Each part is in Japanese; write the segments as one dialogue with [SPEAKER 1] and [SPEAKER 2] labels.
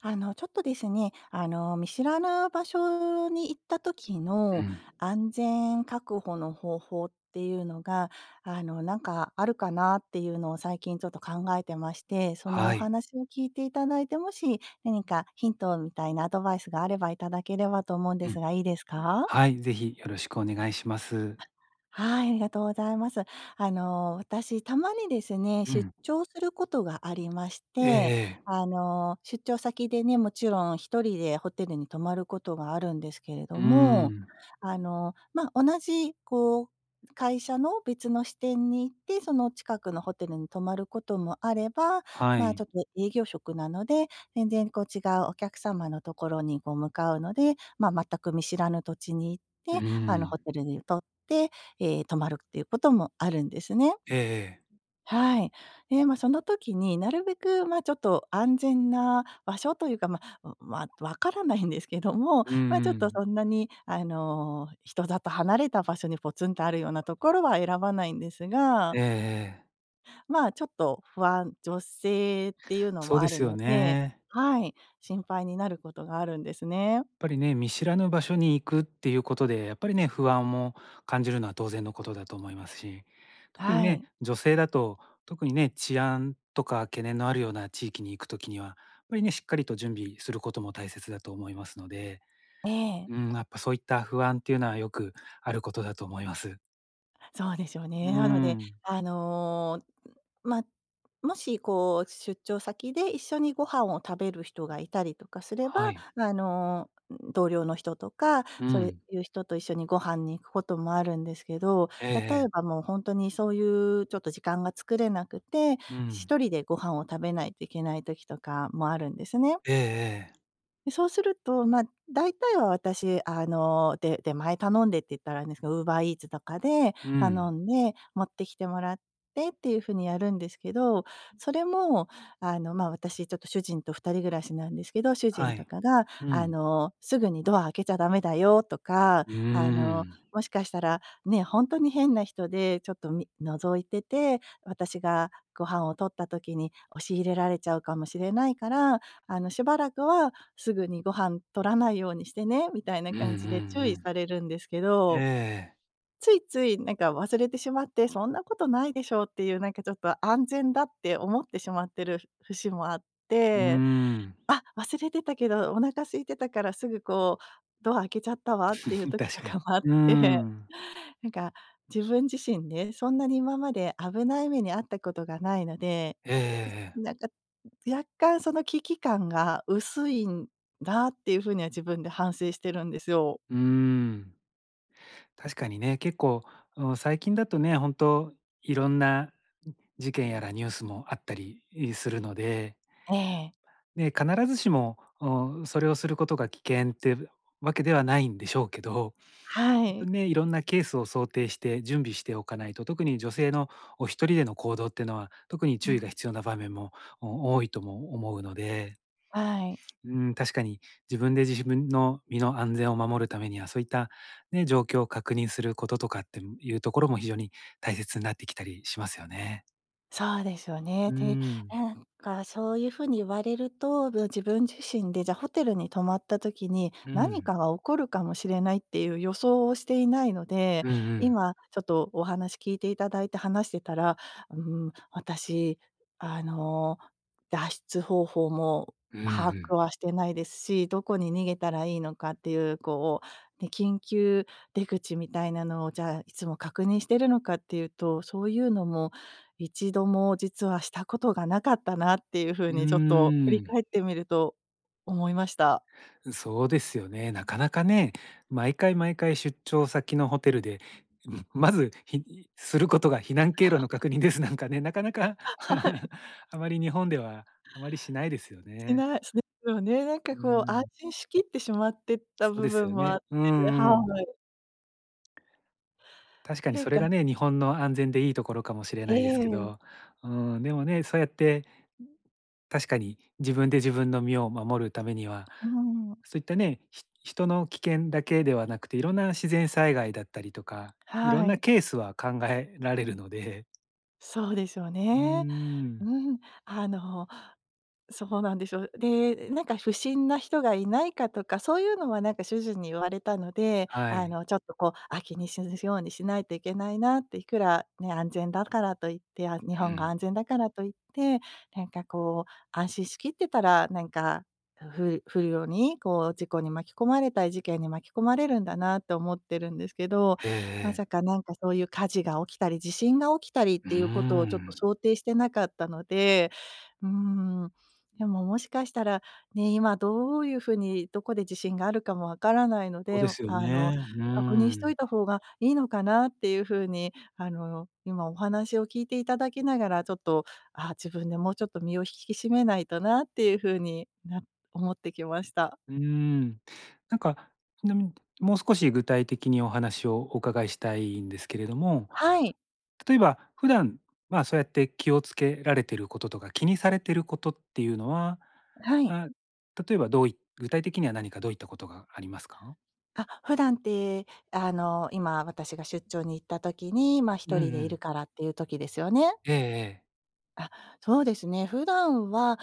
[SPEAKER 1] ちょっとですね、見知らぬ場所に行った時
[SPEAKER 2] う
[SPEAKER 1] の
[SPEAKER 2] ん。
[SPEAKER 1] 安全確保の方法っていうのが、なんかあるかなっていうのを最近ちょっと考えてまして、そのお
[SPEAKER 2] はい。
[SPEAKER 1] 話を聞いていただいて、もし何かヒントみたいなアドバイスがあればいただければと思うんで
[SPEAKER 2] う
[SPEAKER 1] す
[SPEAKER 2] ん。
[SPEAKER 1] が、いいですか？
[SPEAKER 2] はい、ぜひよろしくお願いします。
[SPEAKER 1] はい、ありがとうございます。私、たまにですね、
[SPEAKER 2] う
[SPEAKER 1] 出
[SPEAKER 2] ん。
[SPEAKER 1] 張することがありまして、
[SPEAKER 2] ええ、
[SPEAKER 1] 出張先でね、もちろん一人でホテルに泊まることがあるんですけれ
[SPEAKER 2] う
[SPEAKER 1] ど
[SPEAKER 2] ー
[SPEAKER 1] も、
[SPEAKER 2] ん、
[SPEAKER 1] 同じこう、会社の別の支店に行って、その近くのホテルに泊まることもあれば、
[SPEAKER 2] は
[SPEAKER 1] まあ、ち
[SPEAKER 2] い。
[SPEAKER 1] ょっと営業職なので、全然こう違うお客様のところにこう向かうので、まあ、全く見知らぬ土地に行
[SPEAKER 2] うー
[SPEAKER 1] って、ホ
[SPEAKER 2] ん。
[SPEAKER 1] テルにとって止まるっていうこともあるんですね。
[SPEAKER 2] ええ、
[SPEAKER 1] はい。で、まあ、その時になるべく、まあ、ちょっと安全な場所というか、まあ、わからないんですけども、
[SPEAKER 2] うん
[SPEAKER 1] まあ、ちょ
[SPEAKER 2] う
[SPEAKER 1] っと
[SPEAKER 2] ん。
[SPEAKER 1] そんなに、人里離れた場所にポツンとあるようなところは選ばないんですが、
[SPEAKER 2] ええええ。
[SPEAKER 1] まあ、ちょっと不安女性っていうの
[SPEAKER 2] そ
[SPEAKER 1] も
[SPEAKER 2] う
[SPEAKER 1] あ
[SPEAKER 2] で
[SPEAKER 1] る
[SPEAKER 2] すよ
[SPEAKER 1] ので、
[SPEAKER 2] ね。
[SPEAKER 1] はい、心配になることがあるんですね。
[SPEAKER 2] やっぱりね、見知らぬ場所に行くっていうことで、やっぱりね、不安も感じるのは当然のことだと思いますし、特に
[SPEAKER 1] は
[SPEAKER 2] ね、
[SPEAKER 1] い。
[SPEAKER 2] 女性だと、特にね、治安とか懸念のあるような地域に行くときには、やっぱりね、しっかりと準備することも大切だと思いますので、
[SPEAKER 1] ええ。
[SPEAKER 2] うん、やっぱそういった不安っていうのはよくあることだと思います。
[SPEAKER 1] そうでしょう
[SPEAKER 2] う
[SPEAKER 1] ね。なので、
[SPEAKER 2] ん。
[SPEAKER 1] あの、まあ、もしこう、出張先で一緒にご飯を食べる人がいたりとかすれ
[SPEAKER 2] は
[SPEAKER 1] ば、
[SPEAKER 2] い。
[SPEAKER 1] 同僚の人とか、
[SPEAKER 2] う
[SPEAKER 1] そう
[SPEAKER 2] ん。
[SPEAKER 1] いう人と一緒にご飯に行くこともあるんですけど、
[SPEAKER 2] ええ
[SPEAKER 1] 例
[SPEAKER 2] え
[SPEAKER 1] えば
[SPEAKER 2] え。
[SPEAKER 1] もう本当にそういうちょっと時間が作れなくて、
[SPEAKER 2] うん。
[SPEAKER 1] 一人でご飯を食べないといけない時とかもあるんですね。
[SPEAKER 2] ええええ。
[SPEAKER 1] で、そうすると、まあ、大体は私、で出前頼んでって言ったらあれですけど、UberEats とかで
[SPEAKER 2] う
[SPEAKER 1] 頼
[SPEAKER 2] ん。
[SPEAKER 1] んで、持ってきてもらってっていう風にやるんですけど、それも、私ちょっと主人と二人暮らしなんですけど、主
[SPEAKER 2] は
[SPEAKER 1] 人と
[SPEAKER 2] い。
[SPEAKER 1] かが、
[SPEAKER 2] うん。
[SPEAKER 1] すぐにドア開けちゃダメだよとか、
[SPEAKER 2] うーん。
[SPEAKER 1] もしかしたらね、本当に変な人で、ちょっと覗いてて、私がご飯を取った時に押し入れられちゃうかもしれないから、しばらくはすぐにご飯取らないようにしてね、みたいな
[SPEAKER 2] うんうんう
[SPEAKER 1] 感じで注意
[SPEAKER 2] ん。
[SPEAKER 1] されるんですけど、
[SPEAKER 2] ええ、
[SPEAKER 1] ついついなんか忘れてしまって、そんなことないでしょうっていう、なんかちょっと安全だって思ってしまってる節もあっ
[SPEAKER 2] うー
[SPEAKER 1] て、
[SPEAKER 2] ん。
[SPEAKER 1] あ、忘れてたけど、お腹空いてたからすぐこう、ドア開けちゃったわっていう 時
[SPEAKER 2] 確
[SPEAKER 1] と
[SPEAKER 2] か
[SPEAKER 1] か
[SPEAKER 2] に。
[SPEAKER 1] もあっ
[SPEAKER 2] うー
[SPEAKER 1] て、
[SPEAKER 2] ん。
[SPEAKER 1] なんか自分自身ね、そんなに今まで危ない目に遭ったことがないので
[SPEAKER 2] ええええ、
[SPEAKER 1] なんか、若干その危機感が薄いんだっていう風には自分で反省してるんですよ。
[SPEAKER 2] うーん。確かにね、結構、うん、最近だとね、本当いろんな事件やらニュースもあったりするので、
[SPEAKER 1] ええ。
[SPEAKER 2] ね、必ずしも、それをすることが危険ってわけではないんでしょうけど、
[SPEAKER 1] は
[SPEAKER 2] 本当
[SPEAKER 1] い。
[SPEAKER 2] にね、いろんなケースを想定して準備しておかないと、特に女性の一人での行動っていうのは、特に
[SPEAKER 1] う
[SPEAKER 2] 注意が
[SPEAKER 1] ん、
[SPEAKER 2] 必要な場面も、多いとも思うので、
[SPEAKER 1] はい。
[SPEAKER 2] うん、確かに自分で自分の身の安全を守るためには、そういった、ね、状況を確認することとかっていうところも非常に大切になってきたりしますよね。
[SPEAKER 1] そうですよね。
[SPEAKER 2] う
[SPEAKER 1] で、
[SPEAKER 2] ん。
[SPEAKER 1] なんかそういう風に言われると、自分自身で、じゃ、ホテルに泊まった時に、
[SPEAKER 2] う
[SPEAKER 1] 何
[SPEAKER 2] ん。
[SPEAKER 1] かが起こるかもしれないっていう予想をしていないので、
[SPEAKER 2] うんうん。
[SPEAKER 1] 今ちょっとお話聞いていただいて話してたら、うん、私、あの、脱出方法も
[SPEAKER 2] うんう
[SPEAKER 1] 把握
[SPEAKER 2] ん。
[SPEAKER 1] はしてないですし、どこに逃げたらいいのかっていう、こう、ね、緊急出口みたいなのを、じゃあ、いつも確認してるのかっていうと、そういうのも一度も実はしたことがなかったなっていう風
[SPEAKER 2] うー
[SPEAKER 1] にちょっと振り
[SPEAKER 2] ん。
[SPEAKER 1] 返ってみると思いました。
[SPEAKER 2] そうですよね。なかなかね、毎回毎回出張先のホテルで、うん、まず、することが避難経路の確認ですなんかね、なかなか
[SPEAKER 1] はい、
[SPEAKER 2] あまり日本ではあまりしないですよ
[SPEAKER 1] し
[SPEAKER 2] ね。
[SPEAKER 1] ない、すですよね。なんか
[SPEAKER 2] う
[SPEAKER 1] こう安
[SPEAKER 2] ん、
[SPEAKER 1] 心しきってしまってた
[SPEAKER 2] そう
[SPEAKER 1] 部
[SPEAKER 2] です
[SPEAKER 1] 分
[SPEAKER 2] よ
[SPEAKER 1] もあっ
[SPEAKER 2] ね。う
[SPEAKER 1] て、は
[SPEAKER 2] んうん。
[SPEAKER 1] い。
[SPEAKER 2] 確かに
[SPEAKER 1] なん
[SPEAKER 2] それ
[SPEAKER 1] か
[SPEAKER 2] がね、日本の安全でいいところかもしれ
[SPEAKER 1] え
[SPEAKER 2] ないですけど、
[SPEAKER 1] え、
[SPEAKER 2] うん、でもね、そうやって、確かに自分で自分の身を守るためには、
[SPEAKER 1] うん、
[SPEAKER 2] そういったね、人の危険だけではなくて、いろんな自然災害だったりとか、いろ
[SPEAKER 1] は
[SPEAKER 2] んな
[SPEAKER 1] い。
[SPEAKER 2] ケースは考えられるので、
[SPEAKER 1] そうですよ
[SPEAKER 2] うー
[SPEAKER 1] ね。
[SPEAKER 2] ん、
[SPEAKER 1] うん、あのそうなんですよ。で、なんか不審な人がいないかとか、そういうのはなんか主人に言われたので、
[SPEAKER 2] はい。
[SPEAKER 1] ちょっとこう、あ、気にしるようにしないといけないなって、いくらね、安全だからといって、あ、日
[SPEAKER 2] う
[SPEAKER 1] 本が
[SPEAKER 2] ん。
[SPEAKER 1] 安全だからといって、なんかこう、安心しきってたら、なんか、不良にこう事故に巻き込まれたり、事件に巻き込まれるんだなと思ってるんですけど、
[SPEAKER 2] ええ
[SPEAKER 1] ま
[SPEAKER 2] ええ。
[SPEAKER 1] さかなんかそういう火事が起きたり、地震が起きたりっ
[SPEAKER 2] うー
[SPEAKER 1] ていうことをちょっと
[SPEAKER 2] ん。
[SPEAKER 1] 想定してなかったので、うん。でも、もしかしたら、ね、今どういうふうにどこで地震があるかもわからないの
[SPEAKER 2] そう
[SPEAKER 1] で、
[SPEAKER 2] ですよね。う
[SPEAKER 1] 確認しと
[SPEAKER 2] ーん。
[SPEAKER 1] いた方がいいのかなっていうふうに、今お話を聞いていただきながら、ちょっと、自分でもうちょっと身を引き締めないとなっていうふうに思ってきました。
[SPEAKER 2] うーん。なんか、ちなみに、もう少し具体的にお話をお伺いしたいんですけれども、
[SPEAKER 1] はい、
[SPEAKER 2] 例えば普段、まあ、そうやって気をつけられてることとか、気にされてることっていうのは、
[SPEAKER 1] はい。
[SPEAKER 2] あ、例えばどうい具体的には何かどういったことがありますか？
[SPEAKER 1] あ、普段って、今私が出張に行った時に、ま、
[SPEAKER 2] うん
[SPEAKER 1] 一
[SPEAKER 2] う
[SPEAKER 1] 人でい
[SPEAKER 2] ん。
[SPEAKER 1] るからっていう時ですよね？
[SPEAKER 2] ええええ。
[SPEAKER 1] あ、そうですね。普段は、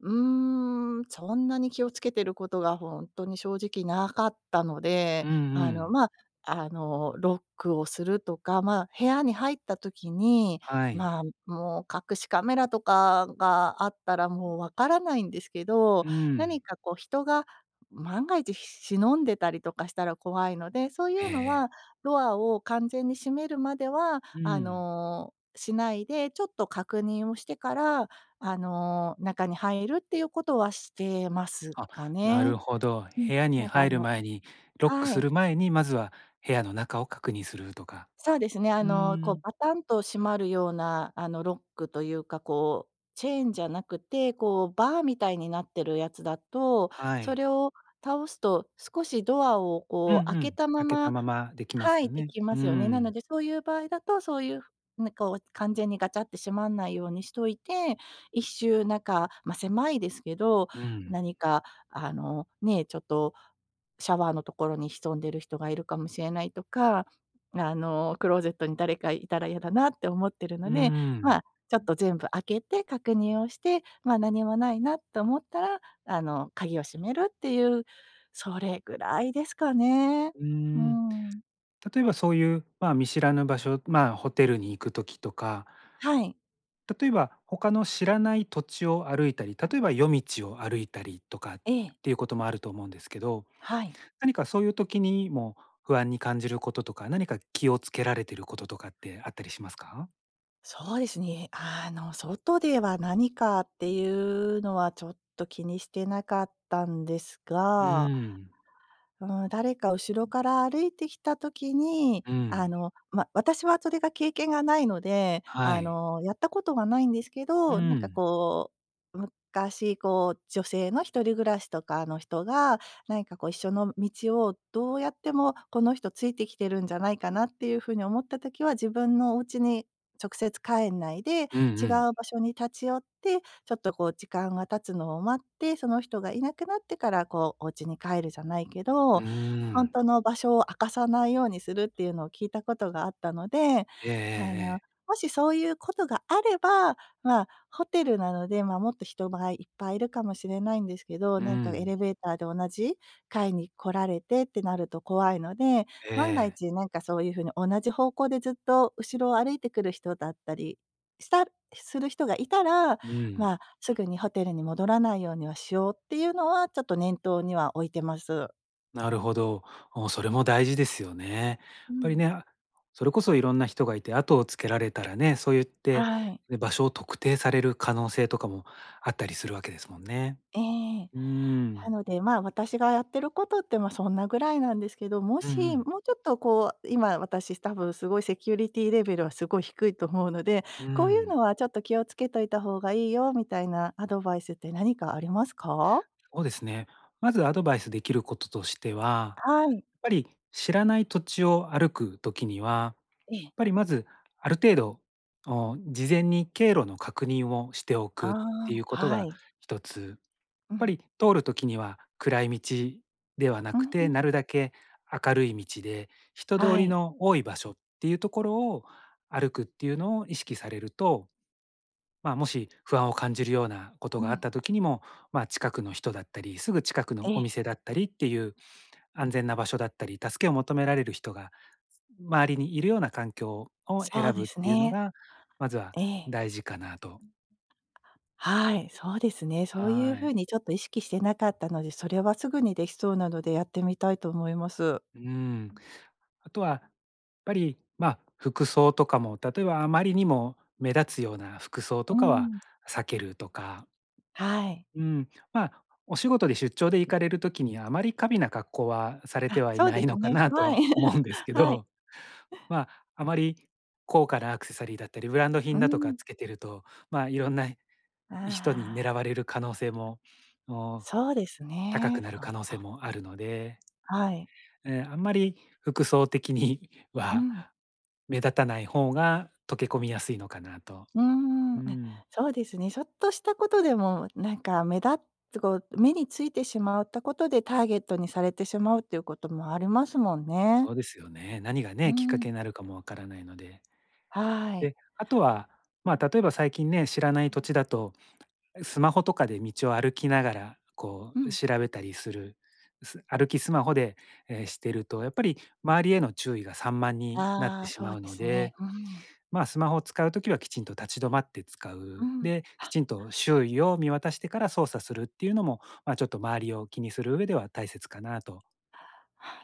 [SPEAKER 1] うーん、そんなに気をつけてることがほんとに正直なかったの
[SPEAKER 2] う
[SPEAKER 1] で、
[SPEAKER 2] んう
[SPEAKER 1] あの、
[SPEAKER 2] ん。
[SPEAKER 1] ま、あの、ロックをするとか、ま、部屋に入った時に、
[SPEAKER 2] はい。
[SPEAKER 1] ま、もう隠しカメラとかがあったらもうわからないんですけど、
[SPEAKER 2] う
[SPEAKER 1] 何
[SPEAKER 2] ん。
[SPEAKER 1] かこう人が万が一忍んでたりとかしたら怖いので、そういうの
[SPEAKER 2] え
[SPEAKER 1] は
[SPEAKER 2] え、
[SPEAKER 1] ドアを完全に閉めるまでは、
[SPEAKER 2] うん。
[SPEAKER 1] しないで、ちょっと確認をしてから、中に入るっていうことはしてます
[SPEAKER 2] あ、
[SPEAKER 1] か
[SPEAKER 2] な
[SPEAKER 1] ね。
[SPEAKER 2] るほど。
[SPEAKER 1] うん、
[SPEAKER 2] 部屋に
[SPEAKER 1] なんか
[SPEAKER 2] 入る前に、ロック
[SPEAKER 1] は
[SPEAKER 2] す
[SPEAKER 1] い。
[SPEAKER 2] る前に、まずは部屋の中を確認するとか。
[SPEAKER 1] そうですね、
[SPEAKER 2] う
[SPEAKER 1] こう
[SPEAKER 2] ん。
[SPEAKER 1] バタンと閉まるような、ロックというか、こう、チェーンじゃなくて、こう、バーみたいになってるやつだと、
[SPEAKER 2] は
[SPEAKER 1] それ
[SPEAKER 2] い。
[SPEAKER 1] を倒すと、少しドアを
[SPEAKER 2] うん
[SPEAKER 1] こう開
[SPEAKER 2] う
[SPEAKER 1] け
[SPEAKER 2] ん。
[SPEAKER 1] たま
[SPEAKER 2] 開けた
[SPEAKER 1] ま
[SPEAKER 2] ままできます
[SPEAKER 1] は
[SPEAKER 2] よ
[SPEAKER 1] い、で
[SPEAKER 2] ね。
[SPEAKER 1] きま
[SPEAKER 2] う
[SPEAKER 1] すよね。なの
[SPEAKER 2] ん。
[SPEAKER 1] で、そういう場合だと、そういう、なんか、こう完全にガチャって閉まんないようにしといて、一周なんかまあ、狭いですけど、
[SPEAKER 2] うん。
[SPEAKER 1] 何か、ね、ちょっとシャワーのところに潜んでる人がいるかもしれないとかクローゼットに誰かいたら嫌だなって思ってる
[SPEAKER 2] う
[SPEAKER 1] の
[SPEAKER 2] ー
[SPEAKER 1] で、ま
[SPEAKER 2] ん。
[SPEAKER 1] あ、ちょっと全部開けて確認をして、まあ、何もないなと思ったら、鍵を閉めるっていう、それぐらいですかね。
[SPEAKER 2] うー
[SPEAKER 1] うー
[SPEAKER 2] ん。
[SPEAKER 1] ん。
[SPEAKER 2] 例えばそういう、まあ、見知らぬ場所、まあ、ホテルに行く時とか、
[SPEAKER 1] はい。
[SPEAKER 2] 例えば他の知らない土地を歩いたり、例えば夜道を歩いたりとかっ
[SPEAKER 1] ええ。
[SPEAKER 2] ていうこともあると思うんですけど、
[SPEAKER 1] はい。
[SPEAKER 2] 何かそういう時にも不安に感じることとか、何か気をつけられてることとかってあったりしますか？
[SPEAKER 1] そうですね。外では何かっていうのはちょっと気にしてなかったんです
[SPEAKER 2] う
[SPEAKER 1] が
[SPEAKER 2] ーん。
[SPEAKER 1] うん、誰か後ろから歩いてきた時に、
[SPEAKER 2] うん。
[SPEAKER 1] ま、私はそれが経験がないので、
[SPEAKER 2] はい。
[SPEAKER 1] やったことはないんですけ
[SPEAKER 2] う
[SPEAKER 1] ど、なんか
[SPEAKER 2] ん。
[SPEAKER 1] こう、昔こう、女性の一人暮らしとかの人が、何かこう一緒の道をどうやってもこの人ついてきてるんじゃないかなっていう風に思った時は、自分のお家に直接帰んないで、
[SPEAKER 2] うんう
[SPEAKER 1] 違う場
[SPEAKER 2] ん。
[SPEAKER 1] 所に立ち寄ってちょっとこう時間が経つのを待って、その人がいなくなってから、こうお家に帰るじゃないけ
[SPEAKER 2] う
[SPEAKER 1] ど、
[SPEAKER 2] ー
[SPEAKER 1] ほん
[SPEAKER 2] ん。
[SPEAKER 1] との場所を明かさないようにするっていうのを聞いたことがあったので、
[SPEAKER 2] ええええ
[SPEAKER 1] あの、
[SPEAKER 2] ええ。
[SPEAKER 1] もしそういうことがあれば、まあ、ホテルなので、ま、もっと人がいっぱいいるかもしれないんですけど、
[SPEAKER 2] う
[SPEAKER 1] なんかエ
[SPEAKER 2] ん。
[SPEAKER 1] レベーターで同じ階に来られてってなると怖いので、
[SPEAKER 2] え
[SPEAKER 1] 万が
[SPEAKER 2] え。
[SPEAKER 1] 一なんかそういう風に同じ方向でずっと後ろを歩いてくる人だったりしたする人がいたら、
[SPEAKER 2] う
[SPEAKER 1] ま
[SPEAKER 2] ん。
[SPEAKER 1] あ、すぐにホテルに戻らないようにはしようっていうのは、ちょっと念頭には置いてます。
[SPEAKER 2] なるほど。それも大事ですよね。
[SPEAKER 1] う
[SPEAKER 2] やっぱり
[SPEAKER 1] ん。
[SPEAKER 2] ね、それこそいろんな人がいて、後をつけられたらね、そう言って、
[SPEAKER 1] はい。
[SPEAKER 2] ね、場所を特定される可能性とかもあったりするわけですもんね。
[SPEAKER 1] ええ。
[SPEAKER 2] うー
[SPEAKER 1] な
[SPEAKER 2] ん。
[SPEAKER 1] ので、まあ、私がやってることって、まあ、そんなぐらいなんですけど、も
[SPEAKER 2] うんう
[SPEAKER 1] し、
[SPEAKER 2] ん。
[SPEAKER 1] もうちょっとこう、今私多分すごいセキュリティレベルはすごい低いと思うので、
[SPEAKER 2] う
[SPEAKER 1] こういうの
[SPEAKER 2] ん。
[SPEAKER 1] はちょっと気をつけといた方がいいよみたいなアドバイスって何かありますか？
[SPEAKER 2] そうですね。まずアドバイスできることとしては、や
[SPEAKER 1] はい。
[SPEAKER 2] っぱり知らない土地を歩く時には
[SPEAKER 1] ええ。
[SPEAKER 2] まず、ある程度、事前に経路の確認をしてお
[SPEAKER 1] あ
[SPEAKER 2] くっ
[SPEAKER 1] あ、
[SPEAKER 2] ていうこと
[SPEAKER 1] は
[SPEAKER 2] が
[SPEAKER 1] い。
[SPEAKER 2] 一つ、やっ
[SPEAKER 1] う
[SPEAKER 2] ぱ
[SPEAKER 1] ん。
[SPEAKER 2] り通る時には暗い道ではな
[SPEAKER 1] う
[SPEAKER 2] く
[SPEAKER 1] ん
[SPEAKER 2] て、
[SPEAKER 1] うん。
[SPEAKER 2] なるだけ明るい道で、人通
[SPEAKER 1] は
[SPEAKER 2] り
[SPEAKER 1] い。
[SPEAKER 2] の多い場所っていうところを歩くっていうのを意識されると、まあ、もし不安を感じるようなこと
[SPEAKER 1] う
[SPEAKER 2] があっ
[SPEAKER 1] ん。
[SPEAKER 2] た時にも、まあ、近くの人だったり、すぐ近く
[SPEAKER 1] え
[SPEAKER 2] のお
[SPEAKER 1] え、
[SPEAKER 2] 店だったりっていう安全な場所だったり、助けを求められる人が周りにいるような環境を
[SPEAKER 1] そう
[SPEAKER 2] 選ぶ
[SPEAKER 1] で
[SPEAKER 2] っ
[SPEAKER 1] す
[SPEAKER 2] ていうの
[SPEAKER 1] ね。
[SPEAKER 2] が、まずは
[SPEAKER 1] ええ。
[SPEAKER 2] 大事かなと。
[SPEAKER 1] はい、そうですね。そういう
[SPEAKER 2] は
[SPEAKER 1] 風
[SPEAKER 2] い。
[SPEAKER 1] にちょっと意識してなかったので、それはすぐにできそうなのでやってみたいと思います。
[SPEAKER 2] うん。あとは、やっぱり、まあ、服装とかも、例えばあまりにも目立つような服装
[SPEAKER 1] う
[SPEAKER 2] とかは
[SPEAKER 1] ん。
[SPEAKER 2] 避けるとか、
[SPEAKER 1] はい。
[SPEAKER 2] うん、まあ、お仕事で出張で行かれるときに、あまり過敏な格好はされ
[SPEAKER 1] あ、
[SPEAKER 2] てはい
[SPEAKER 1] そう
[SPEAKER 2] な
[SPEAKER 1] で
[SPEAKER 2] い
[SPEAKER 1] す
[SPEAKER 2] のか
[SPEAKER 1] ね。
[SPEAKER 2] なと
[SPEAKER 1] はい。
[SPEAKER 2] は思 うんですけ
[SPEAKER 1] はい。
[SPEAKER 2] ど、まあ、あまり高価なアクセサリーだったり、ブランド
[SPEAKER 1] う
[SPEAKER 2] 品だとか
[SPEAKER 1] ん。
[SPEAKER 2] つけてると、まあ、いろんな
[SPEAKER 1] あ
[SPEAKER 2] 人に
[SPEAKER 1] あ、
[SPEAKER 2] 狙われる可能性も、お、
[SPEAKER 1] そうです
[SPEAKER 2] 高く
[SPEAKER 1] ね。
[SPEAKER 2] なる
[SPEAKER 1] そ
[SPEAKER 2] 可
[SPEAKER 1] う。
[SPEAKER 2] 能性もあるので、
[SPEAKER 1] はい。
[SPEAKER 2] あんまり服装的に
[SPEAKER 1] う
[SPEAKER 2] は
[SPEAKER 1] ん。
[SPEAKER 2] 目立たない方が溶け込みやすいのかなと。
[SPEAKER 1] う
[SPEAKER 2] う
[SPEAKER 1] ん、
[SPEAKER 2] ん、
[SPEAKER 1] そうですね。ちょっとしたことでも、なんか目立つこう、目についてしまったことでターゲットにされてしまうっていうこともありますもんね。
[SPEAKER 2] そうですよね。何が
[SPEAKER 1] う
[SPEAKER 2] ね、きっかけ
[SPEAKER 1] ん。
[SPEAKER 2] になるかもわからないので。
[SPEAKER 1] はい。
[SPEAKER 2] で、あとは、まあ、例えば最近ね、知らない土地だと、スマホとかで道を歩きながら、こ
[SPEAKER 1] う
[SPEAKER 2] う
[SPEAKER 1] ん。
[SPEAKER 2] 調べたりする、歩きスマホで、してると、やっぱり周りへの注意が散漫になっ
[SPEAKER 1] あ
[SPEAKER 2] て
[SPEAKER 1] あ、
[SPEAKER 2] し
[SPEAKER 1] そ
[SPEAKER 2] ま
[SPEAKER 1] う
[SPEAKER 2] う
[SPEAKER 1] で
[SPEAKER 2] の
[SPEAKER 1] すね。
[SPEAKER 2] で、
[SPEAKER 1] うん。
[SPEAKER 2] まあ、スマホを使うときはきちんと立ち止まって使
[SPEAKER 1] う
[SPEAKER 2] う。
[SPEAKER 1] ん、
[SPEAKER 2] で、きちんと周囲を見渡してから操作するっていうのも、まあ、ちょっと周りを気にする上では大切かなと。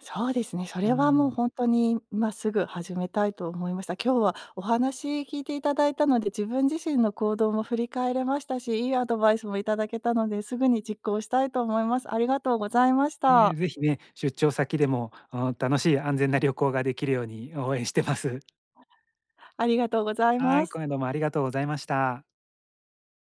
[SPEAKER 1] そうですね。そ
[SPEAKER 2] う
[SPEAKER 1] れはもう
[SPEAKER 2] ん。
[SPEAKER 1] 本当に今すぐ始めたいと思いました。今日はお話聞いていただいたので、自分自身の行動も振り返れましたし、いいアドバイスもいただけたので、すぐに実行したいと思います。ありがとうございました。
[SPEAKER 2] ぜひね、出張先でも、あの、楽しい安全な旅行ができるように応援してます。
[SPEAKER 1] ありがとうござい
[SPEAKER 2] は
[SPEAKER 1] ま
[SPEAKER 2] い、
[SPEAKER 1] す。
[SPEAKER 2] 今夜どうもありがとうございました。